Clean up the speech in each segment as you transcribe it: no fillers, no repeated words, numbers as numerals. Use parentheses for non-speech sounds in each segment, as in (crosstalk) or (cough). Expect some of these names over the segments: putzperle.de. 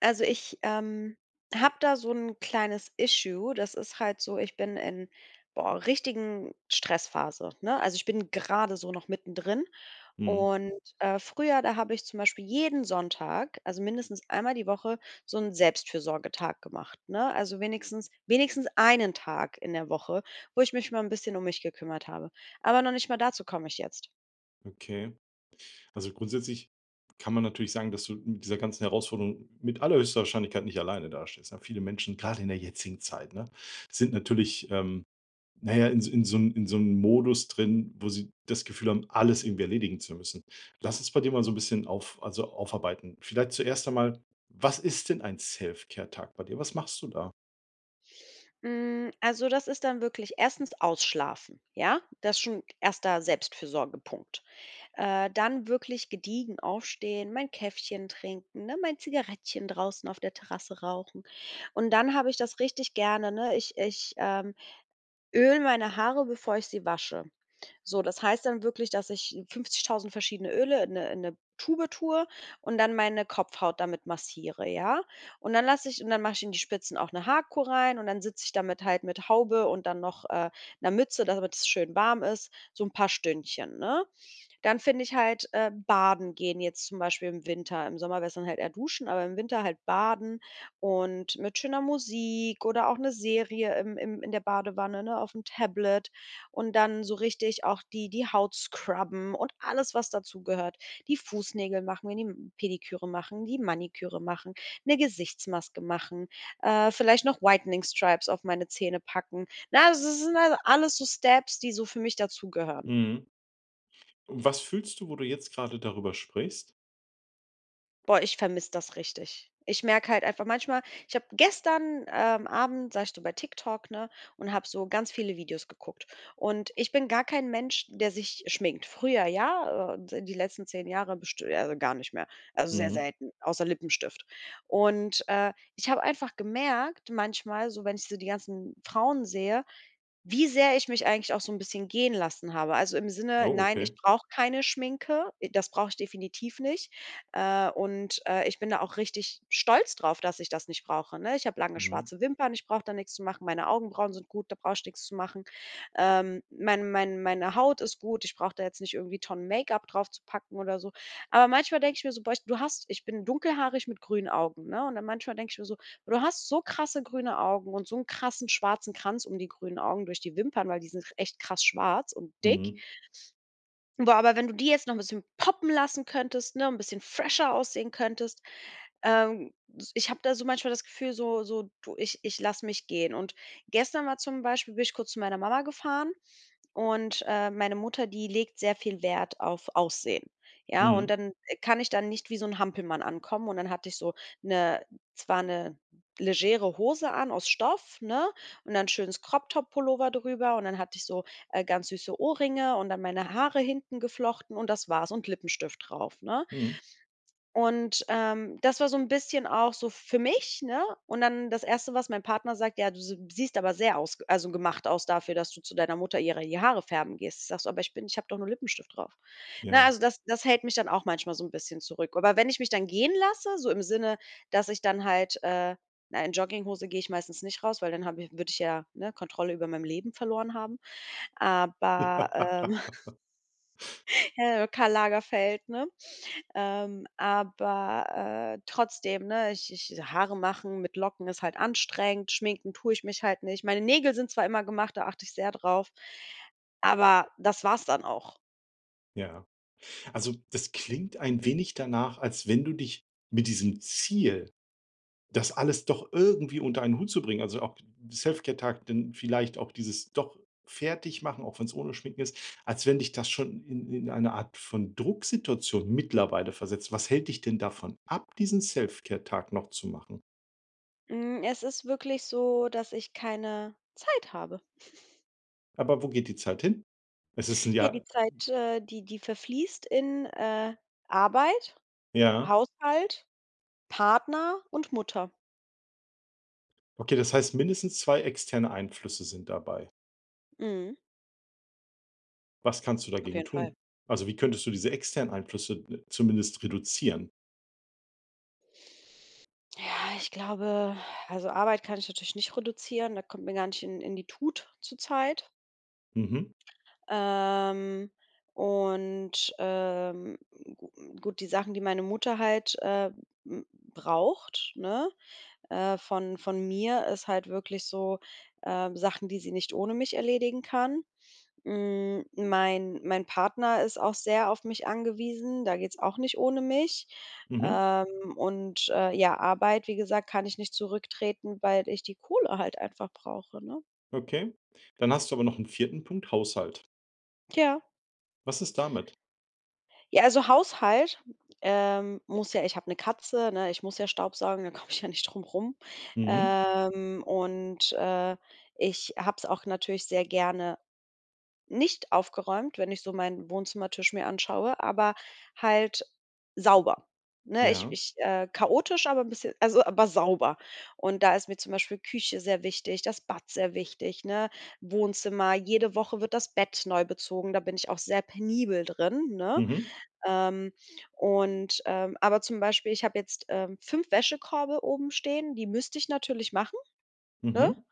Also, ich habe da so ein kleines Issue. Das ist halt so, ich bin in, boah, richtigen Stressphase, ne? Also, ich bin gerade so noch mittendrin Mhm, und früher, da habe ich zum Beispiel jeden Sonntag, also mindestens einmal die Woche, so einen Selbstfürsorgetag gemacht, ne? Also, wenigstens einen Tag in der Woche, wo ich mich mal ein bisschen um mich gekümmert habe. Aber noch nicht mal dazu komme ich jetzt. okay. Also, grundsätzlich kann man natürlich sagen, dass du mit dieser ganzen Herausforderung mit allerhöchster Wahrscheinlichkeit nicht alleine dastehst, ne? Viele Menschen, gerade in der jetzigen Zeit, ne, sind natürlich, na ja, in so 'nem Modus drin, wo sie das Gefühl haben, alles irgendwie erledigen zu müssen. Lass uns bei dir mal so ein bisschen auf also, aufarbeiten. Vielleicht zuerst einmal, was ist denn ein Self-Care-Tag bei dir? Was machst du da? Hm, also, das ist dann wirklich erstens Ausschlafen, ja? Das ist schon erster Selbstfürsorgepunkt. Dann wirklich gediegen aufstehen, mein Käffchen trinken, ne, mein Zigarettchen draußen auf der Terrasse rauchen. Und dann habe ich das richtig gerne, ne? Ich öle meine Haare, bevor ich sie wasche. So, das heißt dann wirklich, dass ich 50.000 verschiedene Öle in 'ne Tube tue und dann meine Kopfhaut damit massiere, ja? Und dann mache ich in die Spitzen auch eine Haarkur rein und dann sitze ich damit halt mit Haube und dann noch 'ner Mütze, damit es schön warm ist, so ein paar Stündchen, ne? Dann finde ich halt baden gehen jetzt zum Beispiel im Winter. Im Sommer wär's dann halt eher duschen, aber im Winter halt baden und mit schöner Musik oder auch eine Serie im im in der Badewanne, ne, auf dem Tablet und dann so richtig auch die Haut scrubben und alles, was dazugehört. Die Fußnägel machen mir, die Pediküre machen, die Maniküre machen, eine Gesichtsmaske machen, vielleicht noch Whitening Stripes auf meine Zähne packen. Na, also, das sind also alles so Steps, die so für mich dazugehören. Mhm. Und was fühlst du, wo du jetzt gerade darüber sprichst? Boah, ich vermisse das richtig. Ich merke halt einfach manchmal, ich habe gestern Abend saß ich so bei TikTok, ne, und habe so ganz viele Videos geguckt. Und ich bin gar kein Mensch, der sich schminkt. Früher ja, die letzten 10 Jahre best also gar nicht mehr. Also sehr Mhm. selten, außer Lippenstift. Und ich habe einfach gemerkt manchmal, so wenn ich so die ganzen Frauen sehe, wie sehr ich mich eigentlich auch so ein bisschen gehen lassen habe. Also, im Sinne: Oh, „Nein, ich okay. brauche keine Schminke. Das brauche ich definitiv nicht.“ Ich bin da auch richtig stolz drauf, dass ich das nicht brauche, ne? Ich habe lange Mhm. schwarze Wimpern, ich brauche da nichts zu machen. Meine Augenbrauen sind gut, da brauche ich nichts zu machen. Meine Haut ist gut, ich brauche da jetzt nicht irgendwie Tonnen Make-up drauf zu packen oder so. Aber manchmal denke ich mir so: „Boah, ich du hast“, ich bin dunkelhaarig mit grünen Augen, ne? Und dann manchmal denke ich mir so: Du hast so krasse grüne Augen und so einen krassen schwarzen Kranz um die grünen Augen durch die Wimpern, weil die sind echt krass schwarz und dick. Mhm. Wo aber wenn du die jetzt noch ein bisschen poppen lassen könntest, ne, ein bisschen fresher aussehen könntest, s ich habe da so manchmal das Gefühl, so so: „Du, ich lasse mich gehen.“ Und gestern war zum Beispiel bin ich kurz zu meiner Mama gefahren, und meine Mutter, die legt sehr viel Wert auf Aussehen. Ja, und Mhm. dann kann ich dann nicht wie so ein Hampelmann ankommen und dann hatte ich so eine, zwar eine legere Hose an aus Stoff, ne, und dann schönes Crop-Top-Pullover drüber und dann hatte ich so ganz süße Ohrringe und dann meine Haare hinten geflochten und das war's und Lippenstift drauf, ne? Mhm. Und das war so ein bisschen auch so für mich, ne? Und dann das erste, was mein Partner sagt: „Ja, du s siehst aber sehr aus, also, gemacht aus dafür, dass du zu deiner Mutter ihre die Haare färben gehst.“ Ich sage so: „Aber ich habe doch nur Lippenstift drauf.“ Na Ja. also, das hält mich dann auch manchmal so ein bisschen zurück. Aber wenn ich mich dann gehen lasse, so im Sinne, dass ich dann halt na, in Jogginghose gehe ich meistens nicht raus, weil dann habe ich würde ich ja, ne, Kontrolle über mein Leben verloren haben. Aber, ähm, (laughs) (laughs) Karl Lagerfeld, ne? Aber, trotzdem, ne, ich Haare machen mit Locken ist halt anstrengend, schminken tue ich mich halt nicht. Meine Nägel sind zwar immer gemacht, da achte ich sehr drauf, aber das war's dann auch. Ja. Also, das klingt ein wenig danach, als wenn du dich mit diesem Ziel, das alles doch irgendwie unter einen Hut zu bringen, also auch Selfcare-Tag, dann vielleicht auch dieses doch fertig machen, auch wenn es ohne Schminken ist, als wenn dich das schon in eine Art von Drucksituation mittlerweile versetzt. Was hält dich denn davon ab, diesen Selfcare-Tag noch zu machen? Hm, es ist wirklich so, dass ich keine Zeit habe. Aber wo geht die Zeit hin? Es ist 'n Ja, die Jahr Zeit, die verfließt in Arbeit, ja. Haushalt, Partner und Mutter. Okay, das heißt mindestens 2 externe Einflüsse sind dabei. Mhm, Was kannst du auf dagegen jeden tun? Fall. Also, wie könntest du diese externen Einflüsse, zumindest reduzieren? Ja, ich glaube, also Arbeit kann ich natürlich nicht reduzieren, da kommt mir gar nicht in die Tut zurzeit. Mhm, Ähm, und, gu gut, die Sachen, die meine Mutter halt, hm, braucht, ne, von mir, ist halt wirklich so, Sachen, die sie nicht ohne mich erledigen kann. Hm, mein Partner ist auch sehr auf mich angewiesen, da geht's auch nicht ohne mich. mhm, Ähm, ja, Arbeit, wie gesagt, kann ich nicht zurücktreten, weil ich die Kohle halt einfach brauche, ne? okay. Dann hast du aber noch einen vierten Punkt, Haushalt. Ja. Was ist damit? Ja, also Haushalt, muss ja, ich habe eine Katze, ne, ich muss ja staubsaugen, da (laughs) komme ich ja nicht drum rum. Mhm, Ähm, und, äh, ich habe es auch natürlich sehr gerne nicht aufgeräumt, wenn ich so meinen Wohnzimmertisch mir anschaue, aber halt sauber. Ne, ich ja, ich äh, chaotisch, aber ein bisschen also, aber sauber. Und da ist mir zum Beispiel Küche sehr wichtig, das Bad sehr wichtig, ne? Wohnzimmer, jede Woche wird das Bett neu bezogen, da bin ich auch sehr penibel drin, ne? mhm, Ähm, aber zum Beispiel, ich habe jetzt 5 Wäschekorbe oben stehen, die müsste ich natürlich machen, ne? mhm,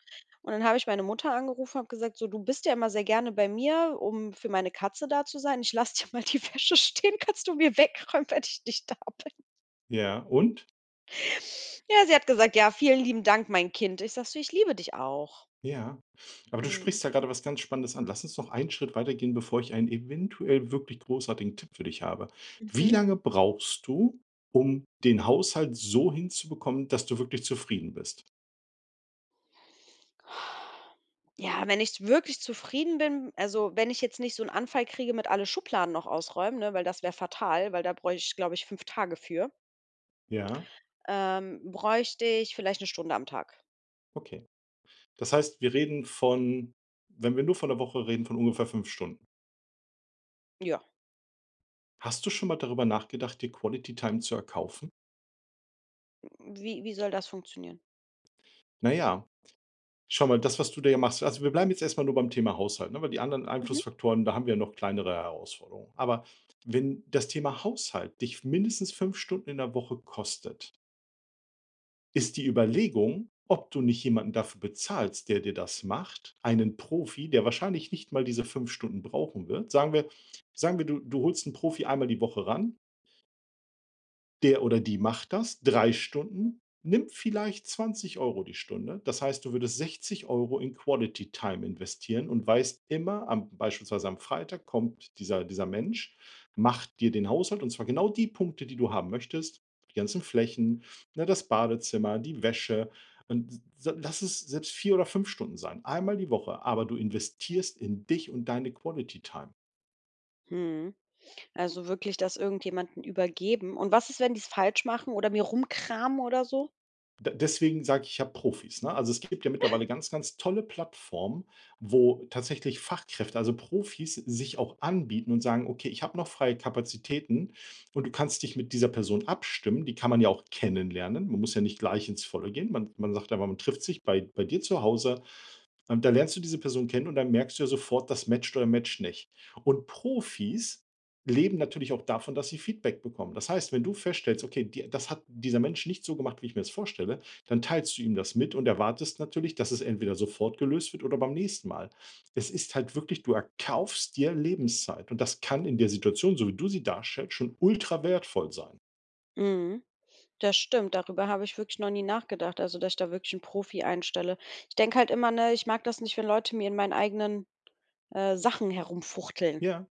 Und dann habe ich meine Mutter angerufen und habe gesagt: „So, du bist ja immer sehr gerne bei mir, um für meine Katze da zu sein. Ich lasse (laughs) dir mal die Wäsche stehen, kannst du mir wegräumen, wenn ich nicht da bin?“ ja und? (laughs) Ja, sie hat gesagt: „Ja, vielen lieben Dank, mein Kind.“ Ich sage so: „Ich liebe dich auch.“ Ja. Aber du Mhm. sprichst da gerade was ganz Spannendes an. Lass uns noch einen Schritt weitergehen, bevor ich einen eventuell wirklich großartigen Tipp für dich habe. Wie Mhm. lange brauchst du, um den Haushalt so hinzubekommen, dass du wirklich zufrieden bist? Ja, wenn ich wirklich zufrieden bin, also, wenn ich jetzt nicht so einen Anfall kriege mit alle Schubladen noch ausräumen, ne, weil das wäre fatal, weil da bräuchte ich, glaube ich, 5 Tage für, Ja, bräuchte ich vielleicht eine Stunde am Tag. okay. Das heißt, wir reden von wenn wir nur von der Woche reden, von ungefähr 5 Stunden. Ja, Hast du schon mal darüber nachgedacht, dir Quality Time zu erkaufen? wie soll das funktionieren? Na ja, schau mal, das, was du da ja machst also, wir bleiben jetzt erst mal nur beim Thema Haushalt, ne, weil die anderen Mhm. Einflussfaktoren, da haben wir ja noch kleinere Herausforderungen. Aber wenn das Thema Haushalt dich mindestens 5 Stunden in der Woche kostet, ist die Überlegung, ob du nicht jemanden dafür bezahlst, der dir das macht, einen Profi, der wahrscheinlich nicht mal diese 5 Stunden brauchen wird. Sagen wir, du holst einen Profi einmal die Woche ran. Der oder die macht das 3 Stunden, nimmt vielleicht 20 Euro die Stunde. Das heißt, du würdest 60 Euro in Quality Time investieren und weißt immer am beispielsweise am Freitag kommt dieser Mensch, macht dir den Haushalt und zwar genau die Punkte, die du haben möchtest, die ganzen Flächen, ne, das Badezimmer, die Wäsche und s lass es selbst 4 oder 5 Stunden sein, einmal die Woche, aber du investierst in dich und deine Quality Time. Mhm. Also, wirklich das irgendjemandem übergeben. Und was ist, wenn die es falsch machen oder mir rumkramen oder so? D deswegen sage ich ja Profis, ne? Also, es gibt ja mittlerweile ganz, ganz tolle Plattformen, wo tatsächlich Fachkräfte, also Profis, sich auch anbieten und sagen: „Okay, ich habe noch freie Kapazitäten und du kannst dich mit dieser Person abstimmen.“ Die kann man ja auch kennenlernen. Man muss ja nicht gleich ins Volle gehen. Man sagt einfach, man trifft sich bei dir zu Hause, da lernst du diese Person kennen und dann merkst du ja sofort, das matcht oder matcht nicht. Und Profis leben natürlich auch davon, dass sie Feedback bekommen. Das heißt, wenn du feststellst, okay, die, das hat dieser Mensch nicht so gemacht, wie ich mir das vorstelle, dann teilst du ihm das mit und erwartest natürlich, dass es entweder sofort gelöst wird oder beim nächsten Mal. Es ist halt wirklich, du erkaufst dir Lebenszeit und das kann in der Situation, so wie du sie darstellst, schon ultra wertvoll sein. Mhm, das stimmt. Darüber habe ich wirklich noch nie nachgedacht, also, dass ich da wirklich einen Profi einstelle. Ich denke halt immer, ne, ich mag das nicht, wenn Leute mir in meinen eigenen Sachen herumfuchteln. Ja.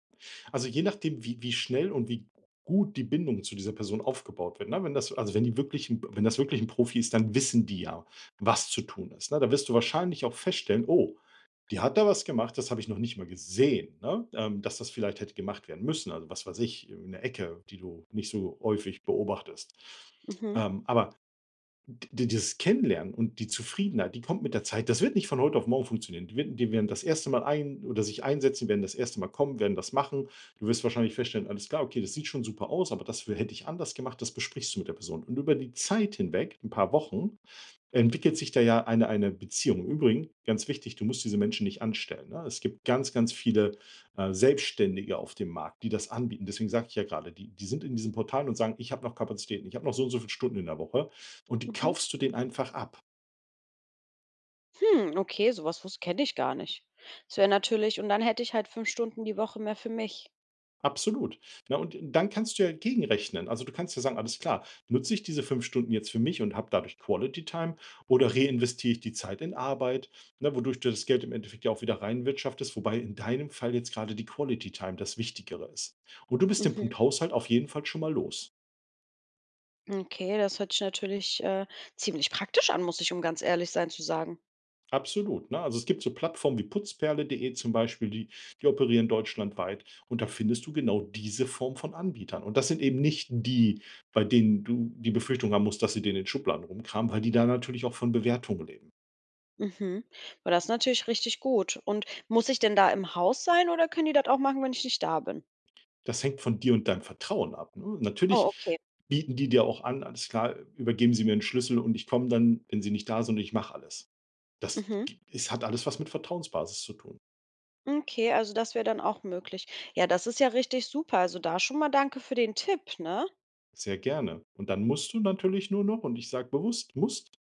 Also, je nachdem, wie schnell und wie gut die Bindung zu dieser Person aufgebaut wird, ne? Wenn das also, wenn die wirklich 'n wenn das wirklich ein Profi ist, dann wissen die ja, was zu tun ist, ne? Da wirst du wahrscheinlich auch feststellen: „Oh, die hat da was gemacht, das habe ich noch nicht mal gesehen“, ne? Dass das vielleicht hätte gemacht werden müssen. Also, was weiß ich, in der Ecke, die du nicht so häufig beobachtest. Mhm, Aber D dieses Kennenlernen und die Zufriedenheit, die kommt mit der Zeit. Das wird nicht von heute auf morgen funktionieren. Die werden das erste Mal ein oder sich einsetzen, werden das erste Mal kommen, werden das machen. Du wirst wahrscheinlich feststellen: „Alles klar, okay, das sieht schon super aus, aber das hätte ich anders gemacht.“ Das besprichst du mit der Person. Und über die Zeit hinweg, ein paar Wochen, entwickelt sich da ja eine Beziehung. Im Übrigen, ganz wichtig, du musst diese Menschen nicht anstellen, ne? Es gibt ganz, ganz viele, Selbstständige auf dem Markt, die das anbieten. Deswegen sage ich ja gerade: die sind in diesen Portalen und sagen: „Ich habe noch Kapazitäten, ich habe noch so und so viele Stunden in der Woche“ und die mhm. kaufst du den einfach ab. Hm, okay, sowas wusste kenne ich gar nicht. Das wäre natürlich und dann hätte ich halt 5 Stunden die Woche mehr für mich. Absolut. Na, und dann kannst du ja gegenrechnen. Also, du kannst ja sagen: „Alles klar, nutze ich diese 5 Stunden jetzt für mich und habe dadurch Quality Time oder reinvestiere ich die Zeit in Arbeit?“, ne, wodurch du das Geld im Endeffekt ja auch wieder reinwirtschaftest, wobei in deinem Fall jetzt gerade die Quality Time das Wichtigere ist. Und du bist den Mhm. Punkt Haushalt auf jeden Fall schon mal los. Okay, das hört sich natürlich ziemlich praktisch an, muss ich um ganz ehrlich sein zu sagen. Absolut, ne? Also, es gibt so Plattformen wie putzperle.de zum Beispiel, die operieren deutschlandweit und da findest du genau diese Form von Anbietern. Und das sind eben nicht die, bei denen du die Befürchtung haben musst, dass sie dir in den Schubladen rumkramen, weil die da natürlich auch von Bewertungen leben. Mhm. Aber das ist natürlich richtig gut. Und muss ich denn da im Haus sein oder können die das auch machen, wenn ich nicht da bin? Das hängt von dir und deinem Vertrauen ab, ne? Oh, Natürlich okay. bieten die dir auch an: „Alles klar, übergeben Sie mir einen Schlüssel und ich komme dann, wenn Sie nicht da sind und ich mache alles.“ Das Mhm. g es hat alles was mit Vertrauensbasis zu tun. Okay, also das wäre dann auch möglich. Ja, das ist ja richtig super. Also da schon mal danke für den Tipp, ne? Sehr gerne. Und dann musst du natürlich nur noch und ich sage bewusst musst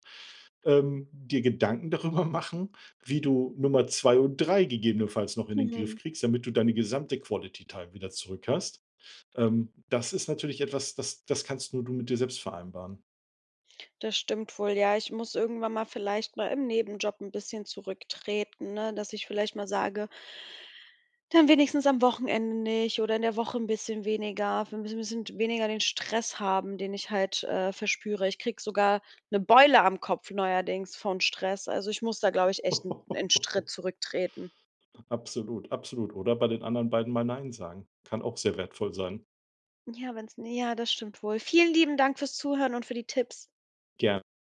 dir Gedanken darüber machen, wie du Nummer 2 und 3 gegebenenfalls noch in den Griff Mhm. kriegst, damit du deine gesamte Quality Time wieder zurück hast. Das ist natürlich etwas, das kannst nur du mit dir selbst vereinbaren. Das stimmt wohl. Ja, ich muss irgendwann mal vielleicht mal im Nebenjob ein bisschen zurücktreten, ne? Dass ich vielleicht mal sage, dann wenigstens am Wochenende nicht oder in der Woche 'n bisschen weniger, wir müssen bisschen weniger den Stress haben, den ich halt verspüre. Ich kriege sogar 'ne Beule am Kopf neuerdings von Stress. Also, ich muss da, glaube ich, echt 'n (laughs) Schritt zurücktreten. Absolut, absolut. Oder bei den anderen beiden mal nein sagen. Kann auch sehr wertvoll sein. Ja, wenn's ja, das stimmt wohl. Vielen lieben Dank fürs Zuhören und für die Tipps. Gerne.